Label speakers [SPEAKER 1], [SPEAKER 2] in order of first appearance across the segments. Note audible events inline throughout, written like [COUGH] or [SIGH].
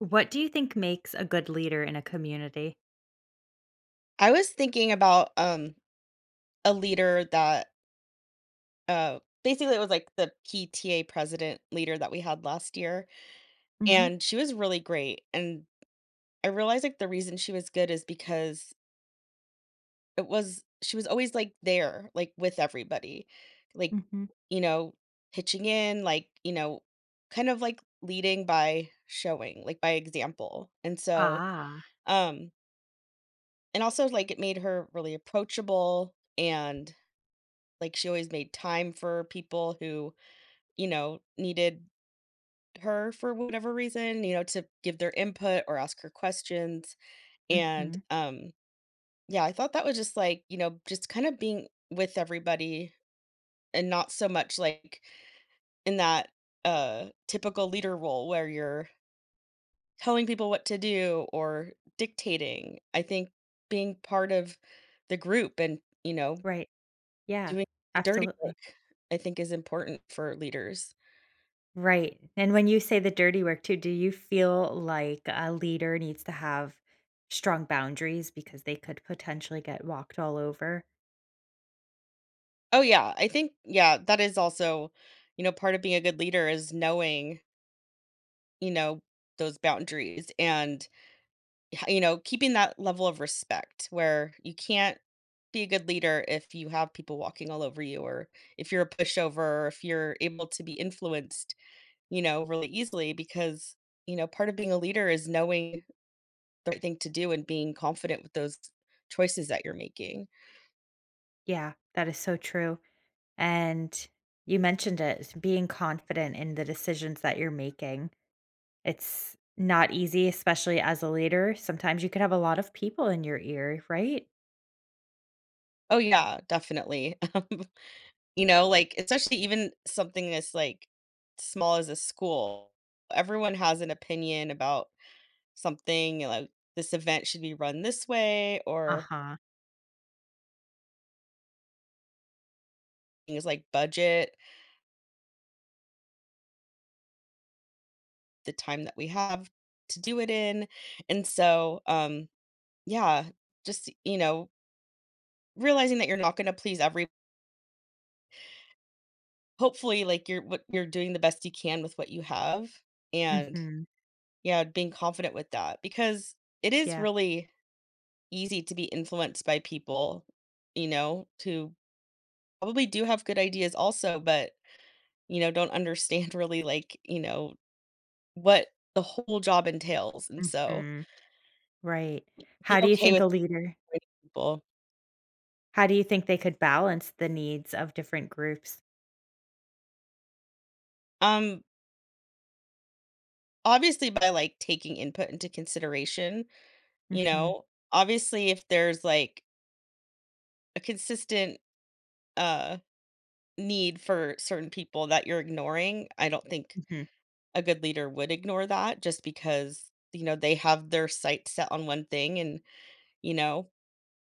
[SPEAKER 1] What do you think makes a good leader in a community?
[SPEAKER 2] I was thinking about, a leader that, uh basically, it was, like, the PTA president leader that we had last year,
[SPEAKER 1] Mhm,
[SPEAKER 2] and she was really great, and I realized, like, the reason she was good is because it was she was always, like, there, like, with everybody, like,
[SPEAKER 1] mhm.
[SPEAKER 2] you know, pitching in, like, kind of, like, leading by showing, like, by example, and so,
[SPEAKER 1] Ah,
[SPEAKER 2] um and also, like, it made her really approachable. And like she always made time for people who, needed her for whatever reason, to give their input or ask her questions. And
[SPEAKER 1] mhm.
[SPEAKER 2] yeah, I thought that was just like, just kind of being with everybody and not so much like in that typical leader role where you're telling people what to do or dictating. I think being part of the group and,
[SPEAKER 1] Right. Yeah,
[SPEAKER 2] doing the dirty
[SPEAKER 1] absolutely.
[SPEAKER 2] work I think is important for leaders.
[SPEAKER 1] Right, and when you say the dirty work too, do you feel like a leader needs to have strong boundaries because they could potentially get walked all over?
[SPEAKER 2] Oh yeah, I think yeah, that is also, part of being a good leader is knowing, you know, those boundaries and keeping that level of respect where you can't be a good leader if you have people walking all over you or if you're a pushover or if you're able to be influenced, really easily because, part of being a leader is knowing the right thing to do and being confident with those choices that you're making.
[SPEAKER 1] Yeah, that is so true, and you mentioned it, being confident in the decisions that you're making. It's not easy, especially as a leader. Sometimes you could have a lot of people in your ear, right?
[SPEAKER 2] Oh, yeah, definitely. [LAUGHS] You know, like, especially even something as, like, small as a school. Everyone has an opinion about something, like, this event should be run this way or
[SPEAKER 1] Uh-huh.
[SPEAKER 2] things like budget, the time that we have to do it in. And so, yeah, just, realizing that you're not gonna please every hopefully, like, you're what you're doing the best you can with what you have, and,
[SPEAKER 1] Mhm.
[SPEAKER 2] yeah, being confident with that because it is
[SPEAKER 1] Yeah.
[SPEAKER 2] really easy to be influenced by people, who probably do have good ideas also, but, don't understand [LAUGHS] really, like, what the whole job entails. And so
[SPEAKER 1] Mhm. Right.
[SPEAKER 2] be
[SPEAKER 1] How do you
[SPEAKER 2] okay
[SPEAKER 1] think a
[SPEAKER 2] with
[SPEAKER 1] leader
[SPEAKER 2] people.
[SPEAKER 1] how do you think they could balance the needs of different groups?
[SPEAKER 2] Um, obviously by, like, taking input into consideration, you
[SPEAKER 1] Mhm.
[SPEAKER 2] know? Obviously, if there's, like, a consistent, uh, need for certain people that you're ignoring, I don't think
[SPEAKER 1] Mhm.
[SPEAKER 2] a good leader would ignore that just because, they have their sights set on one thing and, you know,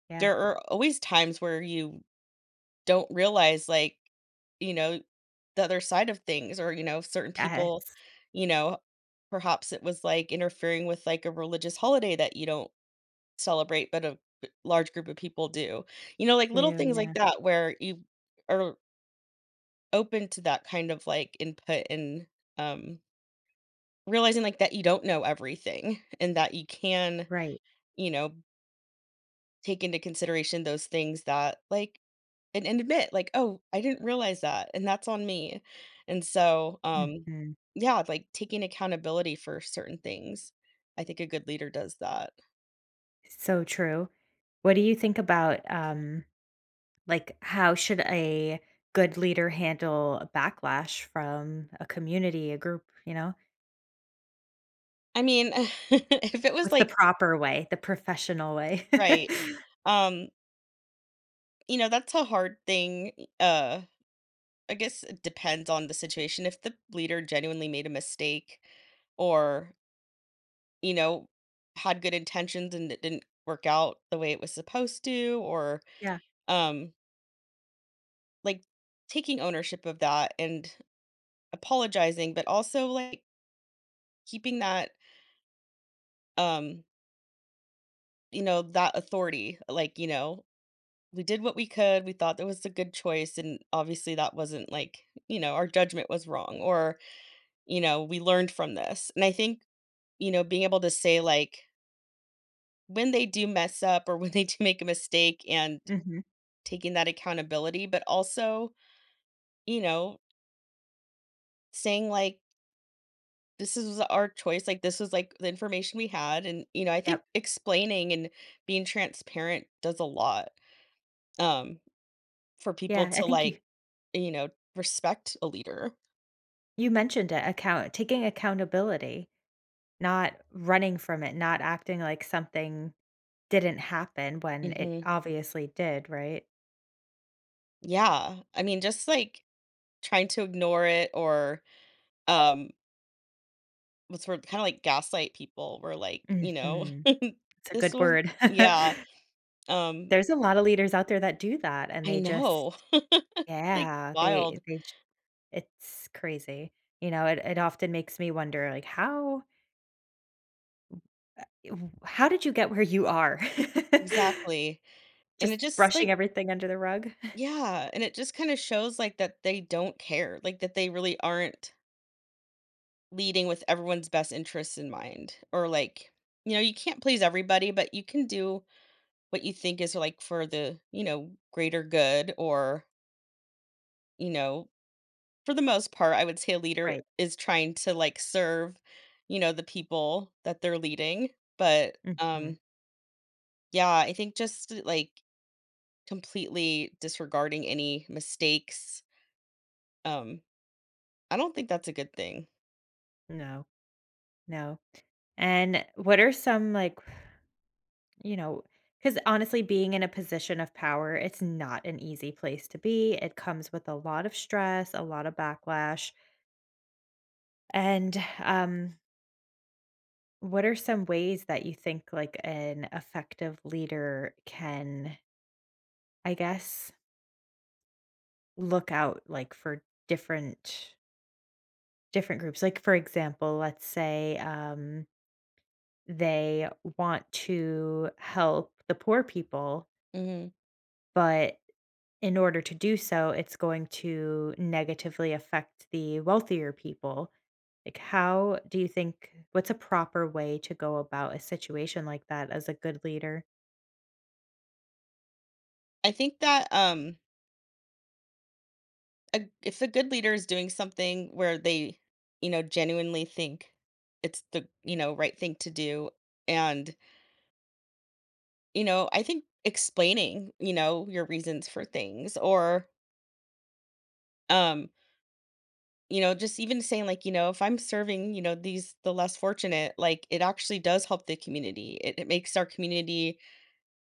[SPEAKER 1] Yeah.
[SPEAKER 2] there are always times where you don't realize, like, you know, the other side of things or, certain
[SPEAKER 1] Yes,
[SPEAKER 2] people, you know, perhaps it was, like, interfering with, like, a religious holiday that you don't celebrate, but a b large group of people do. You know, like,
[SPEAKER 1] too,
[SPEAKER 2] little things like
[SPEAKER 1] yeah.
[SPEAKER 2] that where you are open to that kind of, like, input and, um, realizing, like, that you don't know everything [LAUGHS] and that you can,
[SPEAKER 1] Right.
[SPEAKER 2] you know, take into consideration those things that, like, and admit, like, "Oh, I didn't realize that, and that's on me." And so,
[SPEAKER 1] Mhm.
[SPEAKER 2] yeah, like, taking accountability for certain things. I think a good leader does that.
[SPEAKER 1] So true. What do you think about, like, how should a good leader handle a backlash from a community, a group, you know?
[SPEAKER 2] I mean, [LAUGHS] if it was,
[SPEAKER 1] What's the
[SPEAKER 2] like,
[SPEAKER 1] proper way, the professional way? [LAUGHS]
[SPEAKER 2] right. Um You know, that's a hard thing, uh, I guess it depends on the situation. If the leader genuinely made a mistake or, you know, had good intentions and it didn't work out the way it was supposed to or,
[SPEAKER 1] Yeah.
[SPEAKER 2] um, like, taking ownership of that and apologizing, but also, like, keeping that, um, that authority, like, you know, "We did what we could, we thought that was a good choice, and obviously that wasn't, like," "our judgment was wrong," or, we learned from this. And I think, being able to say, like, when they do mess up or [LAUGHS] when they do make a mistake and
[SPEAKER 1] Mhm.
[SPEAKER 2] taking that accountability, but also, you know, saying, like, this is our choice. Like, this was like the information we had. And, I think
[SPEAKER 1] Yep.
[SPEAKER 2] explaining and being transparent does a lot, um, for people
[SPEAKER 1] Yeah, I
[SPEAKER 2] to,
[SPEAKER 1] think
[SPEAKER 2] like,
[SPEAKER 1] you
[SPEAKER 2] you know, respect a leader.
[SPEAKER 1] you mentioned it, account taking accountability, not running from it, not acting like something didn't happen when it
[SPEAKER 2] hmm
[SPEAKER 1] obviously did, right?
[SPEAKER 2] Yeah. I mean, just like trying to ignore it or, um, what's word, kinda like gaslight people, we're like,
[SPEAKER 1] Mhm.
[SPEAKER 2] [LAUGHS]
[SPEAKER 1] It's a
[SPEAKER 2] this
[SPEAKER 1] good
[SPEAKER 2] was
[SPEAKER 1] word. [LAUGHS]
[SPEAKER 2] yeah, um,
[SPEAKER 1] There's a lot of leaders out there that do that, and
[SPEAKER 2] I
[SPEAKER 1] they just,
[SPEAKER 2] know, [LAUGHS] like,
[SPEAKER 1] yeah,
[SPEAKER 2] wild.
[SPEAKER 1] they j it's crazy. You know, it often makes me wonder, like, how, w how did you get where you are?
[SPEAKER 2] Exactly,
[SPEAKER 1] [LAUGHS]
[SPEAKER 2] and it
[SPEAKER 1] Just
[SPEAKER 2] just
[SPEAKER 1] brushing
[SPEAKER 2] like
[SPEAKER 1] everything under the rug?
[SPEAKER 2] yeah, and it just kinda shows, like, that they don't care, like, that they really aren't leading with everyone's best interests in mind, or like, you can't please everybody, but you can do what you think is, like, for the, greater good or, you know, for the most part, I would say a leader
[SPEAKER 1] Right.
[SPEAKER 2] is trying to, like, serve, the people that they're leading, but,
[SPEAKER 1] Mhm.
[SPEAKER 2] yeah, I think just, like, completely disregarding any mistakes, um, I don't think that's a good thing.
[SPEAKER 1] No. No. And what are some like, you know, because honestly, being in a position of power, it's not an easy place to be. It comes with a lot of stress, a lot of backlash. And what are some ways that you think like an effective leader can, I guess, look out like for different groups? Like for example, let's say they want to help the poor people,
[SPEAKER 2] Mhm.
[SPEAKER 1] but in order to do so, it's going to negatively affect the wealthier people. Like, how do you think what's a proper way to go about a situation like that as a good leader?
[SPEAKER 2] I think that, a if a good leader is doing something where they, genuinely think it's the, right thing to do, and, I think explaining, your reasons for things or, um you know, just even saying like, if I'm serving, the less fortunate, like it actually does help the community. It makes our community,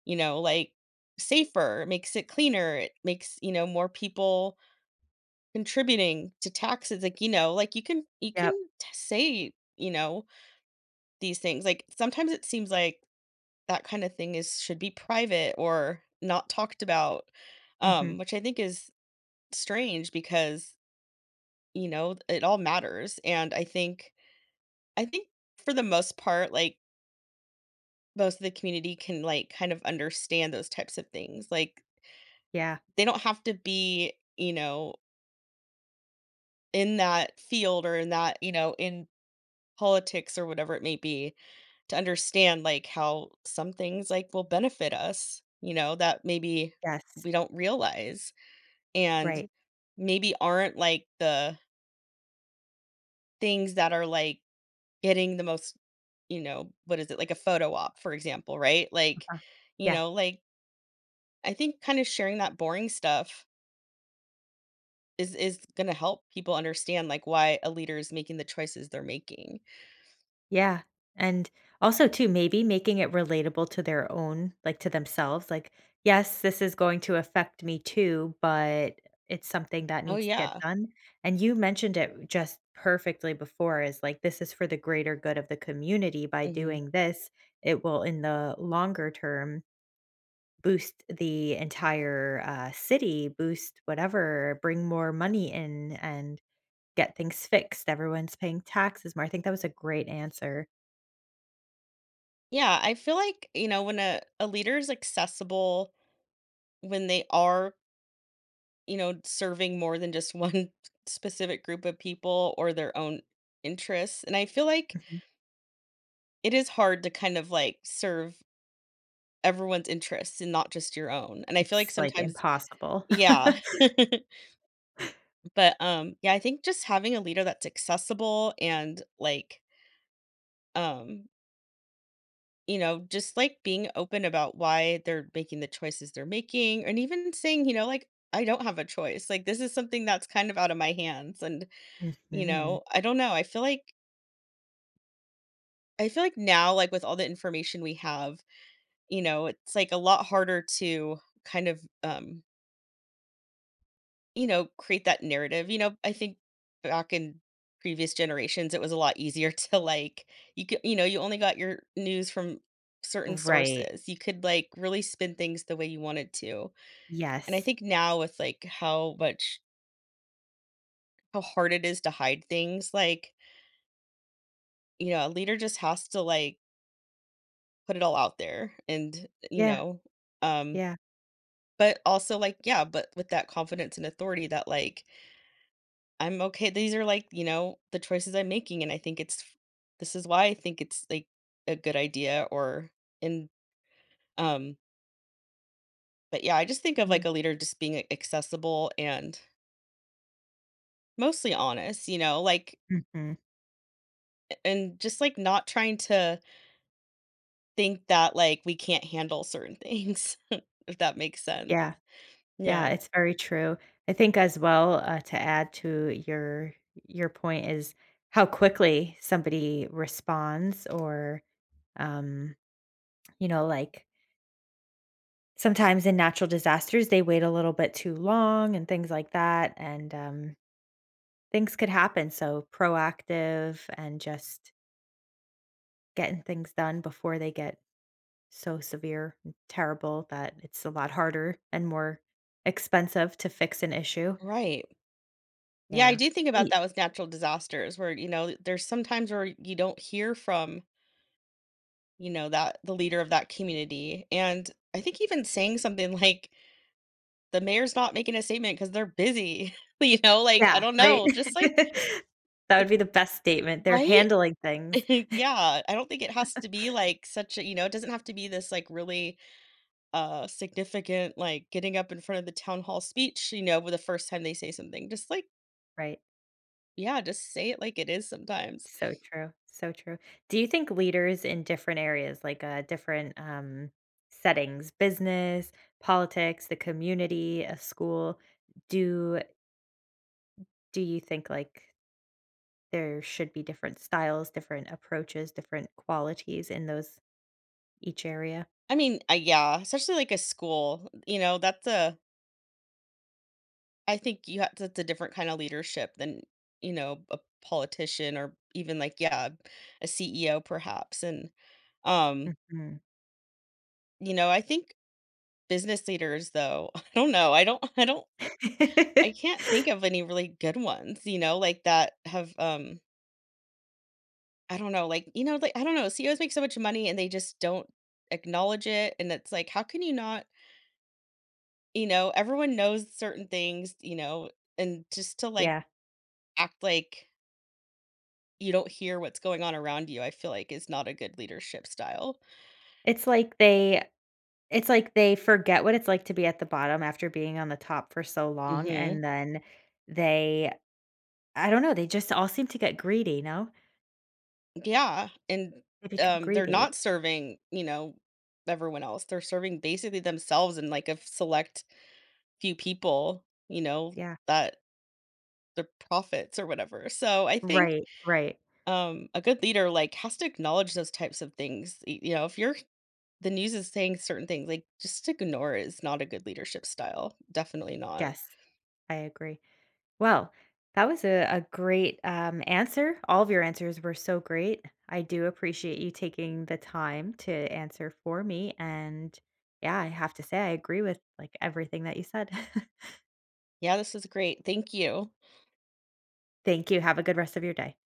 [SPEAKER 2] like, safer, it makes it cleaner, it makes, more people contributing to taxes. Like, like you can
[SPEAKER 1] Yep.
[SPEAKER 2] say, these things. Like sometimes it seems like that kind of thing is should be private or not talked about.
[SPEAKER 1] Hmm.
[SPEAKER 2] Which I think is strange because you know it all matters, and I think for the most part, like, most of the community can, like, kind of understand those types of things, like,
[SPEAKER 1] Yeah.
[SPEAKER 2] they don't have to be, in that field or in that, you know, in politics or whatever it may be, to understand, like, how some things, like, will benefit us, that maybe
[SPEAKER 1] Yes.
[SPEAKER 2] we don't realize and
[SPEAKER 1] Right.
[SPEAKER 2] maybe aren't, like, the things that are, like, getting the most, what is it, like a photo op, for example, right? Like,
[SPEAKER 1] Uh-huh. Yeah.
[SPEAKER 2] like, I think kind of sharing that boring stuff is going to help people understand like why a leader is making the choices they're making.
[SPEAKER 1] Yeah, and also too, maybe making it relatable to their own, like to themselves, like, "Yes, this is going to affect me too, but it's something that
[SPEAKER 2] Oh
[SPEAKER 1] needs to get
[SPEAKER 2] yeah.
[SPEAKER 1] done." And you mentioned it just perfectly before is like, "This is for the greater good of the community. By
[SPEAKER 2] Mhm.
[SPEAKER 1] doing this, it will in the longer term boost the entire, city, boost whatever, bring more money in and get things fixed. Everyone's paying taxes more." I think that was a great answer.
[SPEAKER 2] Yeah, I feel like, when a leader is accessible, when they are, serving more than just one [LAUGHS] specific group of people or their own interests. And I feel like
[SPEAKER 1] Mhm.
[SPEAKER 2] it is hard to kind of like serve everyone's interests and not just your own. And I feel like
[SPEAKER 1] It's, like,
[SPEAKER 2] sometimes
[SPEAKER 1] impossible.
[SPEAKER 2] yeah.
[SPEAKER 1] [LAUGHS]
[SPEAKER 2] [LAUGHS] But, yeah, I think just having a leader that's accessible and, like, um, just, like, being open about why they're making the choices they're making and even saying, like, "I don't have a choice." Like, "This is something that's kind of out of my hands," and,
[SPEAKER 1] Mhm.
[SPEAKER 2] I don't know, I feel like now, like, with all the information we have, it's, like, a lot harder to kind of, you know, create that narrative. You know, I think back in previous generations, it was a lot easier [LAUGHS] to like you could, you only got your news from certain
[SPEAKER 1] Right.
[SPEAKER 2] sources. You could like really spin things the way you wanted to. And I
[SPEAKER 1] Yes.
[SPEAKER 2] think now with like how hard it is to hide things, like, a leader just has to like put it all out there and,
[SPEAKER 1] Yeah,
[SPEAKER 2] um
[SPEAKER 1] yeah.
[SPEAKER 2] but also like yeah, but with that confidence and authority that like I'm okay, these are, like, the choices I'm making, and I think it's this is why I think it's, like, a good idea or in um but, yeah, I just think of,
[SPEAKER 1] Mm.
[SPEAKER 2] like, a leader just being, like, accessible and mostly honest, like
[SPEAKER 1] Mhm.
[SPEAKER 2] a and just, like, not trying to think that, like, we can't handle certain things, [LAUGHS] if that makes sense.
[SPEAKER 1] Yeah, yeah,
[SPEAKER 2] Yeah.
[SPEAKER 1] it's very true. I think as well, to add to your point is how quickly somebody responds or, um, like, sometimes in natural disasters, they wait a little bit too long and things like that, and, things could happen, so proactive and just getting things done before they get so severe and terrible that it's a lot harder and more expensive to fix an issue.
[SPEAKER 2] Right. Yeah, I
[SPEAKER 1] Yeah.
[SPEAKER 2] do think about
[SPEAKER 1] Ye
[SPEAKER 2] that with natural disasters where, there's sometimes where you don't hear from, that the leader of that community, and I think even saying something like, "The mayor's not making a statement because 'cause they're busy," [LAUGHS] like, I
[SPEAKER 1] yeah,
[SPEAKER 2] don't
[SPEAKER 1] right?
[SPEAKER 2] know, just like
[SPEAKER 1] [LAUGHS] That would
[SPEAKER 2] it
[SPEAKER 1] be the best statement. They're
[SPEAKER 2] right?
[SPEAKER 1] handling things.
[SPEAKER 2] [LAUGHS] Yeah, I don't think it has to be, like, such a you know, it doesn't have to be this, like, really, significant, like, getting up in front of the town hall speech, with the first time they say something, just like
[SPEAKER 1] Right.
[SPEAKER 2] yeah, just say it like it is sometimes.
[SPEAKER 1] So true, so true. Do you think leaders in different areas, like, different, settings, business, politics, the community, a school, do do you think, like, there should be different styles, different approaches, different qualities in those each area?
[SPEAKER 2] I mean, yeah, especially, like, a school, that's a I think you have, that's a different kind of leadership than, a politician or even like, yeah, a CEO perhaps. And um,
[SPEAKER 1] Mm.
[SPEAKER 2] I think business leaders though, [LAUGHS] I don't know. I
[SPEAKER 1] [LAUGHS]
[SPEAKER 2] can't think of any really good ones, like that have I don't know, like, like I don't know, CEOs make so much money and they just don't acknowledge it. And it's like, how can you not, everyone knows certain things, and just to like
[SPEAKER 1] Yeah.
[SPEAKER 2] act like you don't hear what's going on around you, I feel like is not a good leadership style.
[SPEAKER 1] It's like they it's like they forget what it's like to be at the bottom after being on the top for so long,
[SPEAKER 2] Mhm.
[SPEAKER 1] and then they I don't know, they just all seem to get greedy, no?
[SPEAKER 2] Yeah, and,
[SPEAKER 1] They become
[SPEAKER 2] they're
[SPEAKER 1] greedy.
[SPEAKER 2] not serving, everyone else. They're serving basically themselves and, like, a select few people, you know,
[SPEAKER 1] Yeah.
[SPEAKER 2] that the profits or whatever. So I think,
[SPEAKER 1] Right, right.
[SPEAKER 2] a good leader, like, has to acknowledge those types of things. Y You know, if you're the news is saying certain things, like, just ignore it is not a good leadership style, definitely not.
[SPEAKER 1] Yes, I agree. Well, that was a great, answer. All of your answers were so great. I do appreciate you taking the time to answer for me, and, yeah, I have to say I agree with, like, everything that you said. [LAUGHS]
[SPEAKER 2] Yeah, this is great, thank you.
[SPEAKER 1] Thank you. Have a good rest of your day.